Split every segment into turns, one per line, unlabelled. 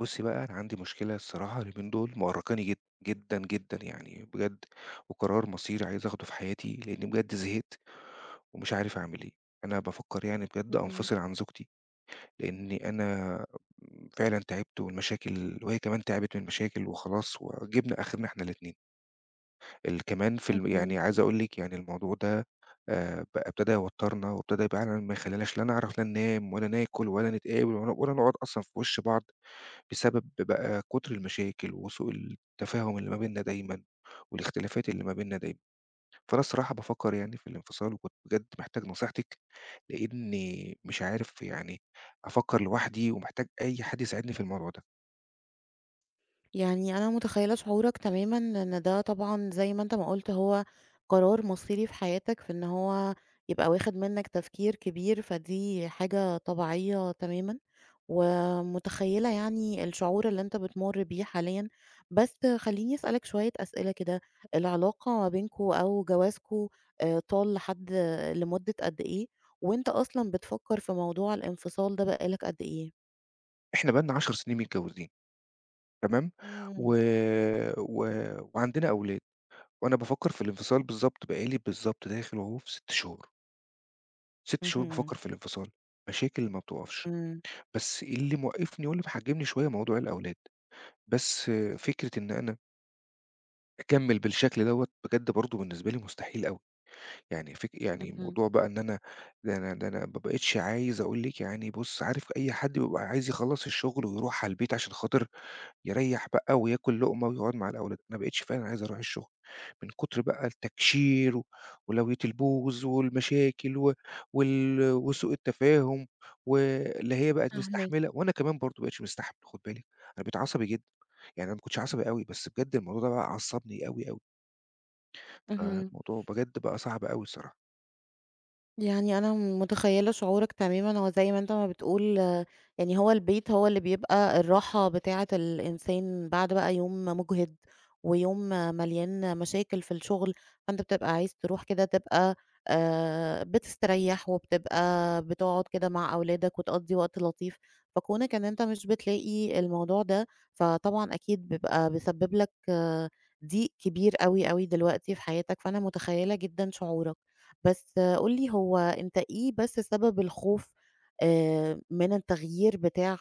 بُصّي بقى، أنا عندي مشكلة الصراحة اليومين دول مأرّقاني جدًا، جدًا يعني بجد، وقرار مصيري عايز آخده في حياتي، لإني بجد زهقت ومش عارف أعمل إيه. أنا بافكّر يعني بجد
اهم،
أنفصل عن زوجتي، لإني أنا فعلًا تعبت والمشاكل وهي كمان تعبت من المشاكل وخلاص وجِبنا آخرنا إحنا الاتنين. كمان في الم
اهم.
يعني عايز أقول لِك يعني الموضوع ده بقى ابتدى يوتّرنا وابتدى فعلًا ما يخلّيناش لا نعرف لا ننام ولا ناكل ولا نتقابل ولا نقعد أصلًا في وِش بعض. بسبب بقى كُتر المشاكل وسوء التفاهم اللي ما بيننا دايمًا، والاختلافات اللي ما بيننا دايمًا، فأنا الصراحة بافكّر يعني في الانفصال وكنت بجد محتاج نصيحتِك، لإني مش عارف يعني أفكّر لوحدي ومحتاج أي حد يساعدني في الموضوع ده.
يعني أنا متخيّلة شعورك تمامًا، إن ده طبعًا زي ما أنت ما قُلت هو قرار مصيري في حياتك، في إن هو يبقى واخد منّك تفكير كبير، فدي حاجة طبيعية تمامًا، ومتخيّلة يعني الشعور اللي أنت بتمُر بيه حاليًا، بس خلّيني أسألك شوية أسئلة كده، العلاقة ما بينكم أو جوازكم طال لمدة قد إيه؟ وأنت أصلًا بتفكّر في موضوع الانفصال ده بقى لك قد إيه؟
إحنا بقى لنا 10 سنين متجوّزين تمام، و
إمم،
و وعندنا أولاد، وأنا بافكّر في الانفصال بالضبط بقى لي بالضبط داخل أهو في 6 شهور، 6 شهور
اهم،
بافكّر في الانفصال، مشاكل ما بتُقفش،
إمم.
بس اللي موقّفني واللي محجّمني شوية موضوع الأولاد. بس فكرة إن أنا أكمّل بالشكل دوّة بجد برضه بالنسبة لي مستحيل أوي، يعني يعني
اهم،
موضوع بقى إن أنا ده أنا ما بقيتش عايز أقول لِك يعني بُص، عارف أي حد بيبقى عايز يخلّص الشغل ويروح على البيت عشان خاطر يريّح بقى وياكل لقمة ويقعد مع الأولاد، ما بقيتش فعلًا عايز أروح الشغل، من كتر بقى التكشير ولوية البوز والمشاكل و وال وسوء التفاهم واللي هي بقت
فاهماك،
مستحملة وأنا كمان برضه ما بقيتش مستحمل خُد بالك، أنا بقيت عصبي جدًا، يعني أنا ما كنتش عصبي أوي، بس بجد الموضوع ده بقى عصّبني أوي، أوي،
اهم.
فالموضوع بجد بقى صعب أوي الصراحة.
يعني أنا متخيّلة شعورك تمامًا، هو زي ما أنت ما بتقول آه، يعني هو البيت هو اللي بيبقى الراحة بتاعة الإنسان بعد بقى يوم مُجهِد، ويوم مليان مشاكل في الشغل، فأنت بتبقى عايز تروح كده تبقى بتستريّح، وبتبقى بتقعد كده مع أولادك وتقضّي وقت لطيف، فكونك إن أنت مش بتلاقي الموضوع ده، فطبعًا أكيد بيبقى بيسبب لك ضيق كبير أوي، أوي دلوقتي في حياتك، فأنا متخيّلة جدًا شعورك. بس قُل لي هو أنت إيه بس سبب الخوف من التغيير بتاع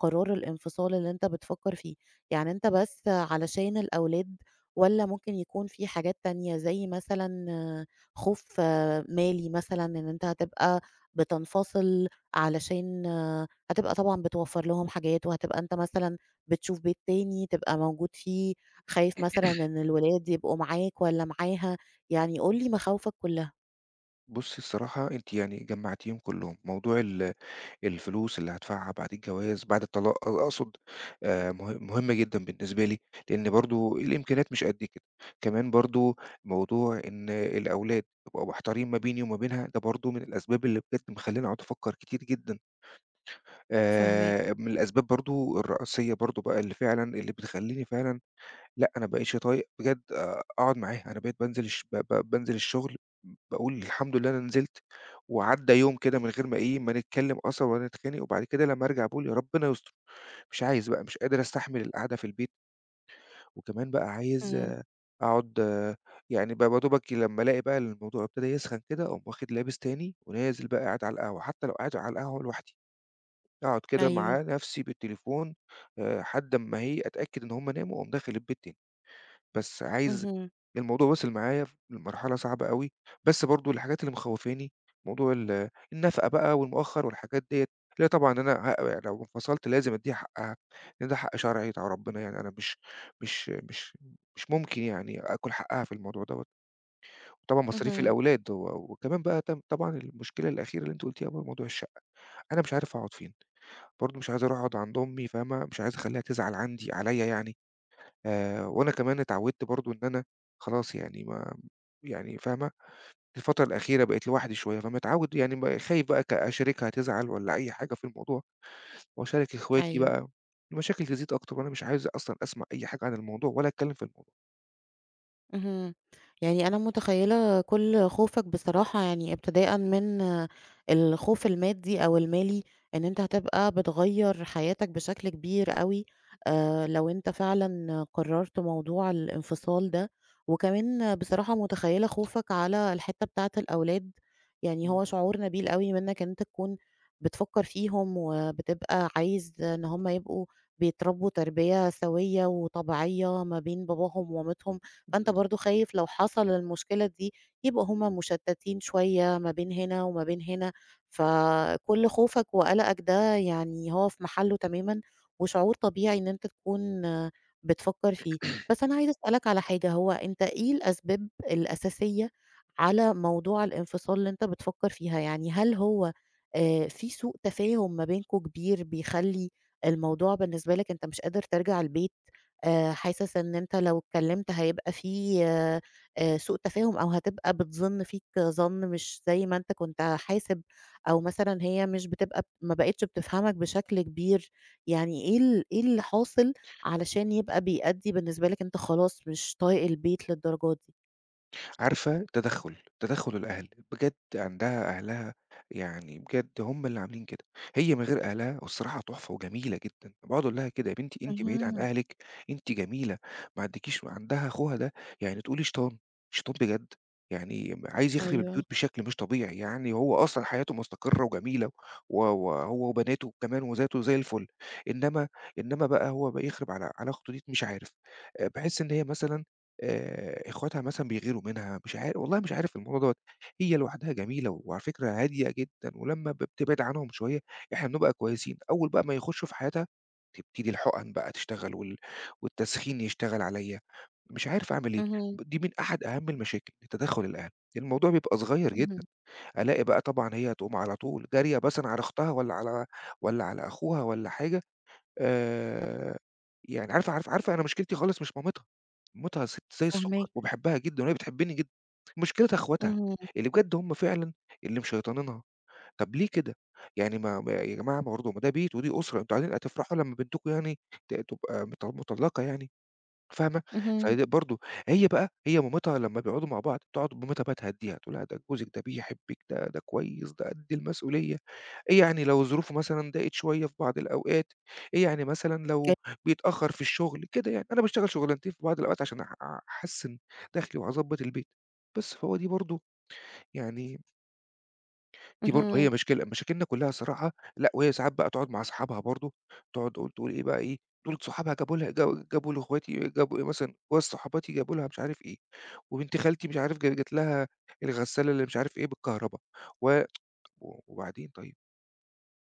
قرار الانفصال اللي أنت بتفكّر فيه؟ يعني أنت بس علشان الأولاد والّا ممكن يكون في حاجات تانية زي مثلًا خوف مالي مثلًا إن أنت هتبقى بتنفصل علشان هتبقى طبعًا بتوفّر لهم حاجات وهتبقى أنت مثلًا بتشوف بيت تاني تبقى موجود فيه، خايف مثلًا إن الولاد يبقوا معاك والّا معاها، يعني قُل لي مخاوفك كلّها.
بُصّي الصراحة أنتِ يعني جمّعتيهم كلّهم، موضوع الفلوس اللي هادفعها بعد الجواز، بعد الطلاق أقصد مه مهمة جدًا بالنسبة لي، لإن برضه الإمكانيات مش قد كده. كمان برضه موضوع إن الأولاد يبقوا محتارين ما بيني وما بينها، ده برضه من الأسباب اللي بجد مخلّياني أقعد أفكّر كتير جدًا.
فاهماك،
من الأسباب برضه الرئيسية برضه بقى اللي بتخلّيني فعلًا. لأ، أنا ما بقيتش طايق بجد أقعد معاها، أنا بقيت بانزل الشغل باقول الحمد لله أنا نزلت، وعدّى يوم كده من غير ما إيه، ما نتكلم أصلًا ولا نتخانق، وبعد كده لمّا أرجع باقول يا ربنا يستر، مش عايز بقى، مش قادر أستحمل القعدة في البيت، وكمان بقى عايز
إمم،
أقعد يعني يا دوبك لمّا ألاقي بقى الموضوع ابتدى يسخن كده، أقوم واخد لابس تاني ونازل بقى قاعد على القهوة، حتى لو قاعد على القهوة لوحدي، أقعد كده
أيوه،
مع نفسي بالتليفون، لحد أمّا إيه، أتأكد إن هُم ناموا، أقوم داخل البيت تاني. بس عايز
اهم،
الموضوع وصل معايا لمرحلة صعبة أوي، بس برضه الحاجات اللي مخوّفاني موضوع النفقة بقى والمؤخّر والحاجات ديّة، اللي هي طبعًا أنا يعني لو انفصلت لازم أدّيها حقّها، لإن ده حق شرعي بتاع ربنا يعني أنا مش مش مش ممكن يعني آكُل حقّها في الموضوع دوّة، وطبعًا مصاريف
اهم،
الأولاد وكمان بقى طبعًا المشكلة الأخيرة اللي أنتِ قُلتيها بقى موضوع الشقة، أنا مش عارف أقعد فين، برضه مش عايز أروح أقعد عند أمي فاهمة، مش عايز أخلّيها تزعل عندي عليّا يعني، وأنا كمان اتعوّدت برضه إن أنا خلاص يعني ما يعني فاهمة، الفترة الأخيرة بقيت لوحدي شوية، فمتعوّد يعني خايف بقى أشاركها هتزعل والّا أي حاجة في الموضوع وأشارك إخواتي
أيوه.
بقى، المشاكل تزيد أكتر وأنا مش عايز أصلًا أسمع أي حاجة عن الموضوع ولا أتكلّم في الموضوع.
اهم. يعني أنا متخيّلة كل خوفك بصراحة يعني ابتداءً من الخوف المادي أو المالي، إن أنت هتبقى بتغيّر حياتك بشكل كبير أوي لو أنت فعلًا قررت موضوع الانفصال ده، وكمان بصراحة متخيّلة خوفك على الحتّة بتاعة الأولاد، يعني هو شعور نبيل أوي منّك إن أنت تكون بتفكّر فيهم وبتبقى عايز إن هُم يبقوا بيتربّوا تربية سويّة وطبيعية ما بين باباهم ومامتهم. فأنت برضه خايف لو حصل المشكلة دي يبقى هُم مشتتين شوية ما بين هنا وما بين هنا، فكل خوفك وقلقك ده يعني هو في محله تمامًا، وشعور طبيعي إن أنت تكون بتفكر فيه. بس أنا عايزة أسألك على حاجة، هو أنت إيه الأسباب الأساسية على موضوع الانفصال اللي أنت بتفكر فيها؟ يعني هل هو في سوء تفاهم ما بينكم كبير بيخلّي الموضوع بالنسبة لك أنت مش قادر ترجع البيت؟ حاسس إن أنت لو اتكلّمت هيبقى في سوء تفاهم أو هتبقى بتظِن فيك ظَن مش زي ما أنت كنت حاسب، أو مثلًا هي مش بتبقى ما بقِتش بتفهمك بشكل كبير، يعني إيه إيه اللي حاصل علشان يبقى بيأدّي بالنسبة لك أنت خلاص مش طايق البيت للدرجة دي؟
عارفة تدخُّل الأهل، بجد عندها أهلها يعني بجد هم اللي عاملين كده، هي من غير أهلها والصراحة تحفة وجميلة جدًا، باقعد أقول لها كده: "يا بنتي أنتِ بعيدة عن
اهم،
أهلِك، أنتِ جميلة ما عندكيش" عندها أخوها ده يعني تقولي شيطان، شيطان بجد، يعني عايز يخرب البيوت
أيوه،
بشكل مش طبيعي، يعني هو أصلًا حياته مستقرة وجميلة وهو وبناته كمان وذاته زي الفل، إنما إنما بقى هو بقى يخرب على أخته دي مش عارف، باحس إن هي مثلًا إخواتها مثلًا بيغيروا منها، مش عار والله مش عارف الموضوع دوّة. هي لوحدها جميلة وعلى فكرة هادية جدًا، ولمّا بتبعد عنهم شوية إحنا بنبقى كويسين. أول بقى ما يخشوا في حياتها تبتدي الحُقَن بقى تشتغل والتسخين يشتغل عليّا. مش عارف أعمل إيه.
اهم،
دي من أحد أهم المشاكل، تدخُّل الأهل. الموضوع بيبقى صغير جدًا،
اهم،
ألاقي بقى طبعًا هي تقوم على طول جارية مثلًا على أختها والّا على أخوها والّا حاجة، آآ يعني عارفة أنا مشكلتي خالص مش مامتها، مامتها ست زي السُكّر
فاهماك،
وباحبها جدًا وهي بتحبّني جدًا، مشكلتها أخواتها،
اهم،
اللي بجد هم فعلًا اللي مشيطنينها، طَب ليه كده؟ يعني ما ما يا جماعة ما برضه ما ده بيت ودي أسرة، أنتم عايزين هتفرحوا لمّا بنتكم يعني تبقى مطلّقة يعني. فاهمة؟
اهم،
فهي برضه هي مامتها لمّا بيقعدوا مع بعض تقعد مامتها بقى تهدّيها، تقول لها ده جوزِك ده بيحبِّك، ده ده كويس، ده قد المسؤولية، إيه يعني لو ظروفه مثلًا ضاقت شوية في بعض الأوقات، إيه يعني مثلًا
ج
لو بيتأخّر في الشغل، كده يعني. أنا باشتغل شغلانتين في بعض الأوقات عشان أحسِّن دخلي وأضبّط البيت، بس فهو دي برضه يعني دي برضه هي
اهم.
مشكلة مشاكلنا كلّها صراحة لأ، وهي ساعات بقى تقعد مع صحابها برضه، تقعد تقول إيه بقى إيه، دول صحابها جابوا لها جابوا لاخواتي جابوا إيه مثلًا جوازة صحباتي جابوا لها مش عارف إيه، وبنت خالتي مش عارف جات لها الغسالة اللي مش عارف إيه بالكهربا، و وبعدين طيب،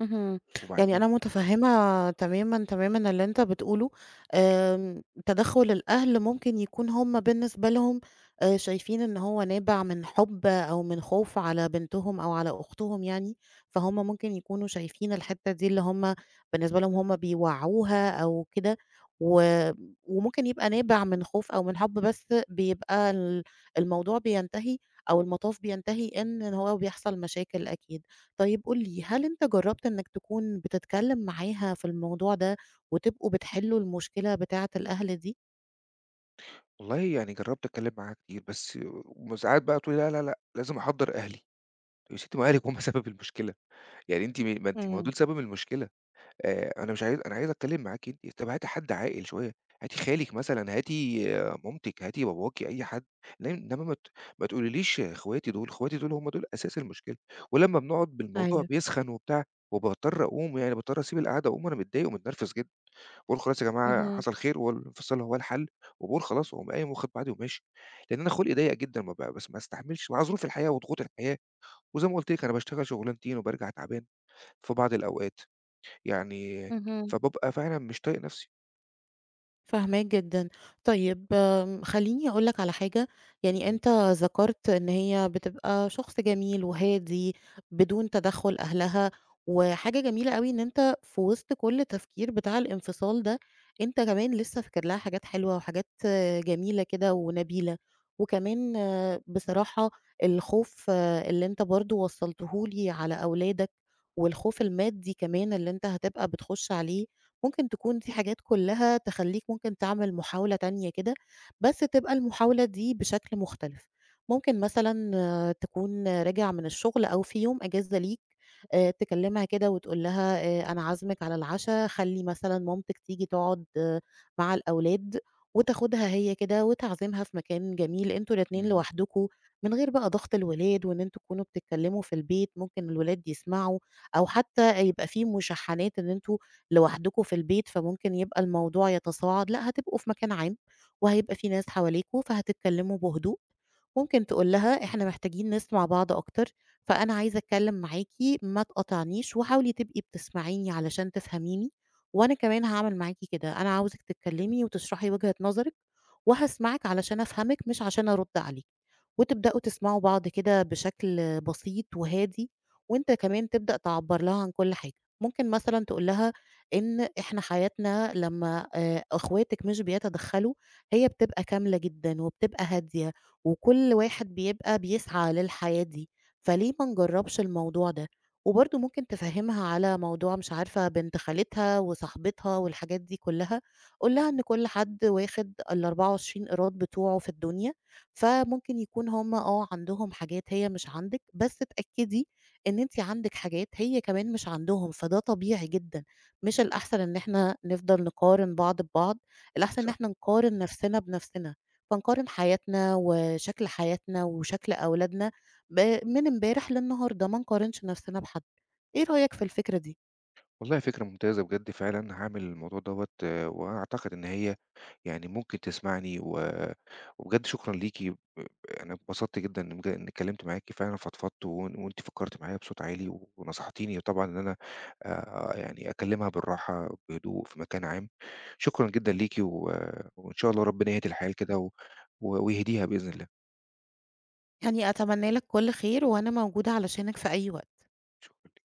اهم. يعني
وبعدين؟
أنا متفهّمة تمامًا، تمامًا اللي أنت بتقوله، تدخُّل الأهل ممكن يكون هم بالنسبة لهم شايفين إن هو نابع من حُب أو من خوف على بنتهم أو على أختهم يعني، فهُم ممكن يكونوا شايفين الحتّة دي اللي هم بالنسبة لهم هم بيوعّوها أو كده، و وممكن يبقى نابع من خوف أو من حُب بس بيبقى الموضوع بينتهي أو المطاف بينتهي إن هو بيحصل مشاكل أكيد. طيب قُل لي، هل أنت جرّبت إنّك تكون بتتكلّم معاها في الموضوع ده وتبقوا بتحلّوا المشكلة بتاعة الأهل دي؟
والله يعني جرّبت أتكلّم معاها كتير بس وساعات بقى تقول لي: "لا، لا، لأ، لازم أحضّر أهلي." طب يا ستّي ما أهلِك هُم سبب المشكلة، يعني أنتِ ما أنتِ ما هو
إمم،
دول سبب المشكلة. أنا مش عايز أنا عايز أتكلّم معاكِ أنتِ، طَب هاتي حد عاقل شوية، هاتي خالِك مثلًا، هاتي آه، مامتِك، هاتي باباكِ، أي حد، لإن إنما ما تقوليليش إخواتي دول، إخواتي دول هم دول أساس المشكلة، ولمّا بنقعد بالموضوع
أيوه.
بيسخن وبتاع، وباضطر أقوم يعني باضطر أسيب القعدة أقوم وأنا متضايق ومتنرفز جدًا، باقول خلاص يا جماعة
اهم،
حصل خير والانفصال هو الحل، وباقول خلاص وأقوم قايم واخد بعضي وماشي، لإن أنا خُلقي ضيّق جدًا ما ب بس ما استحملش مع ظروف الحياة وضغوط الحياة، وزي ما قُلت لِك أنا باشتغل شغلانتين وبارجع تعبان في بعض الأوقات. يعني
اهم.
فبابقى فعلًا مش طايق نَفْسي.
فاهماك جدًا. طيب خلّيني أقول لك على حاجة، يعني
إمم،
أنت ذكرت إن هي بتبقى شخص جميل وهادي بدون تدخُّل أهلها، وحاجة جميلة أوي إن أنت في وسط كل تفكير بتاع الانفصال ده، أنت كمان لسه فاكر لها حاجات حلوة وحاجات جميلة كده ونبيلة. وكمان بصراحة الخوف اللي أنت برضه وصّلته لي على أولادك والخوف المادي كمان اللي أنت هتبقى بتخُش عليه، ممكن تكون دي حاجات كلّها تخلّيك ممكن تعمل محاولة تانية كده، بس تبقى المحاولة دي بشكل مختلف. ممكن مثلًا تكون راجع من الشغل أو في يوم إجازة ليك تكلمها كده وتقول لها أنا عازمِك على العشا، خلّي مثلًا مامتِك تيجي تقعد مع الأولاد، وتاخدها هي كده وتعزمها في مكان جميل أنتم الاتنين
إمم.
لوحدكم، من غير بقى ضغط الولاد وإن أنتم تكونوا بتتكلموا في البيت، ممكن الولاد يسمعوا، أو حتى يبقى في مشاحنات إن أنتم لوحدكم في البيت، فممكن يبقى الموضوع يتصاعد، لأ هتبقوا في مكان عام، وهيبقى في ناس حواليكم، فهتتكلموا بهدوء. ممكن تقول لها إحنا محتاجين نسمع بعض أكتر، فأنا عايزة أتكلّم معاكِ ما تقاطعنيش، وحاولي تبقي بتسمعيني علشان تفهميني، وأنا كمان هاعمل معاكِ كده، أنا عاوزِك تتكلّمي وتشرحي وجهة نظرِك، وهاسمعِك علشان أفهمِك مش عشان أرُد عليكِ. وتبدأوا تسمعوا بعض كده بشكل بسيط وهادي وأنت كمان تبدأ تعبّر لها عن كل حاجة. ممكن مثلًا تقول لها إن إحنا حياتنا لمّا أخواتِك مش بيتدخّلوا، هي بتبقى كاملة جدًا وبتبقى هادية وكل واحد بيبقى بيسعى للحياة دي، فليه ما نجرّبش الموضوع ده؟ وبرضه ممكن تفهّمها على موضوع مش عارفة بنت خالتها وصاحبتها والحاجات دي كُلّها، قُل لها إن كل حد واخد ال24 قيراط بتوعه في الدنيا فممكن يكون هم عندهم حاجات هي مش عندِك، بس اتأكدي إن أنتِ عندِك حاجات هي كمان مش عندهم، فده طبيعي جدًا. مش الأحسن إن إحنا نفضل نقارن بعض ببعض، الأحسن إن
صح.
إحنا نقارن نفسنا بنفسنا، فنقارن حياتنا وشكل حياتنا وشكل أولادنا ب من امبارح للنهارده، ما نقارنش نفسنا بحد. إيه رأيك في
إمم.
الفكرة دي؟
والله فكرة ممتازة بجد فعلًا، هاعمل الموضوع دوّة وأعتقد إن هي يعني ممكن تسمعني وبجد شكرًا ليكِ، أنا اتبسطت جدًا إني اتكلمت معاكِ فعلًا فضفضت وإن وأنتِ فكّرتِ معايا بصوت عالي ونصحتيني طبعًا إن أنا يعني أكلمها بالراحة، بهدوء، في مكان عام. شكرًا جدًا ليكِ وإن شاء الله ربنا يهدي الحال كده و و ويهديها بإذن الله.
يعني أتمنى لك كل خير، وأنا موجودة علشانك في أي وقت.
ش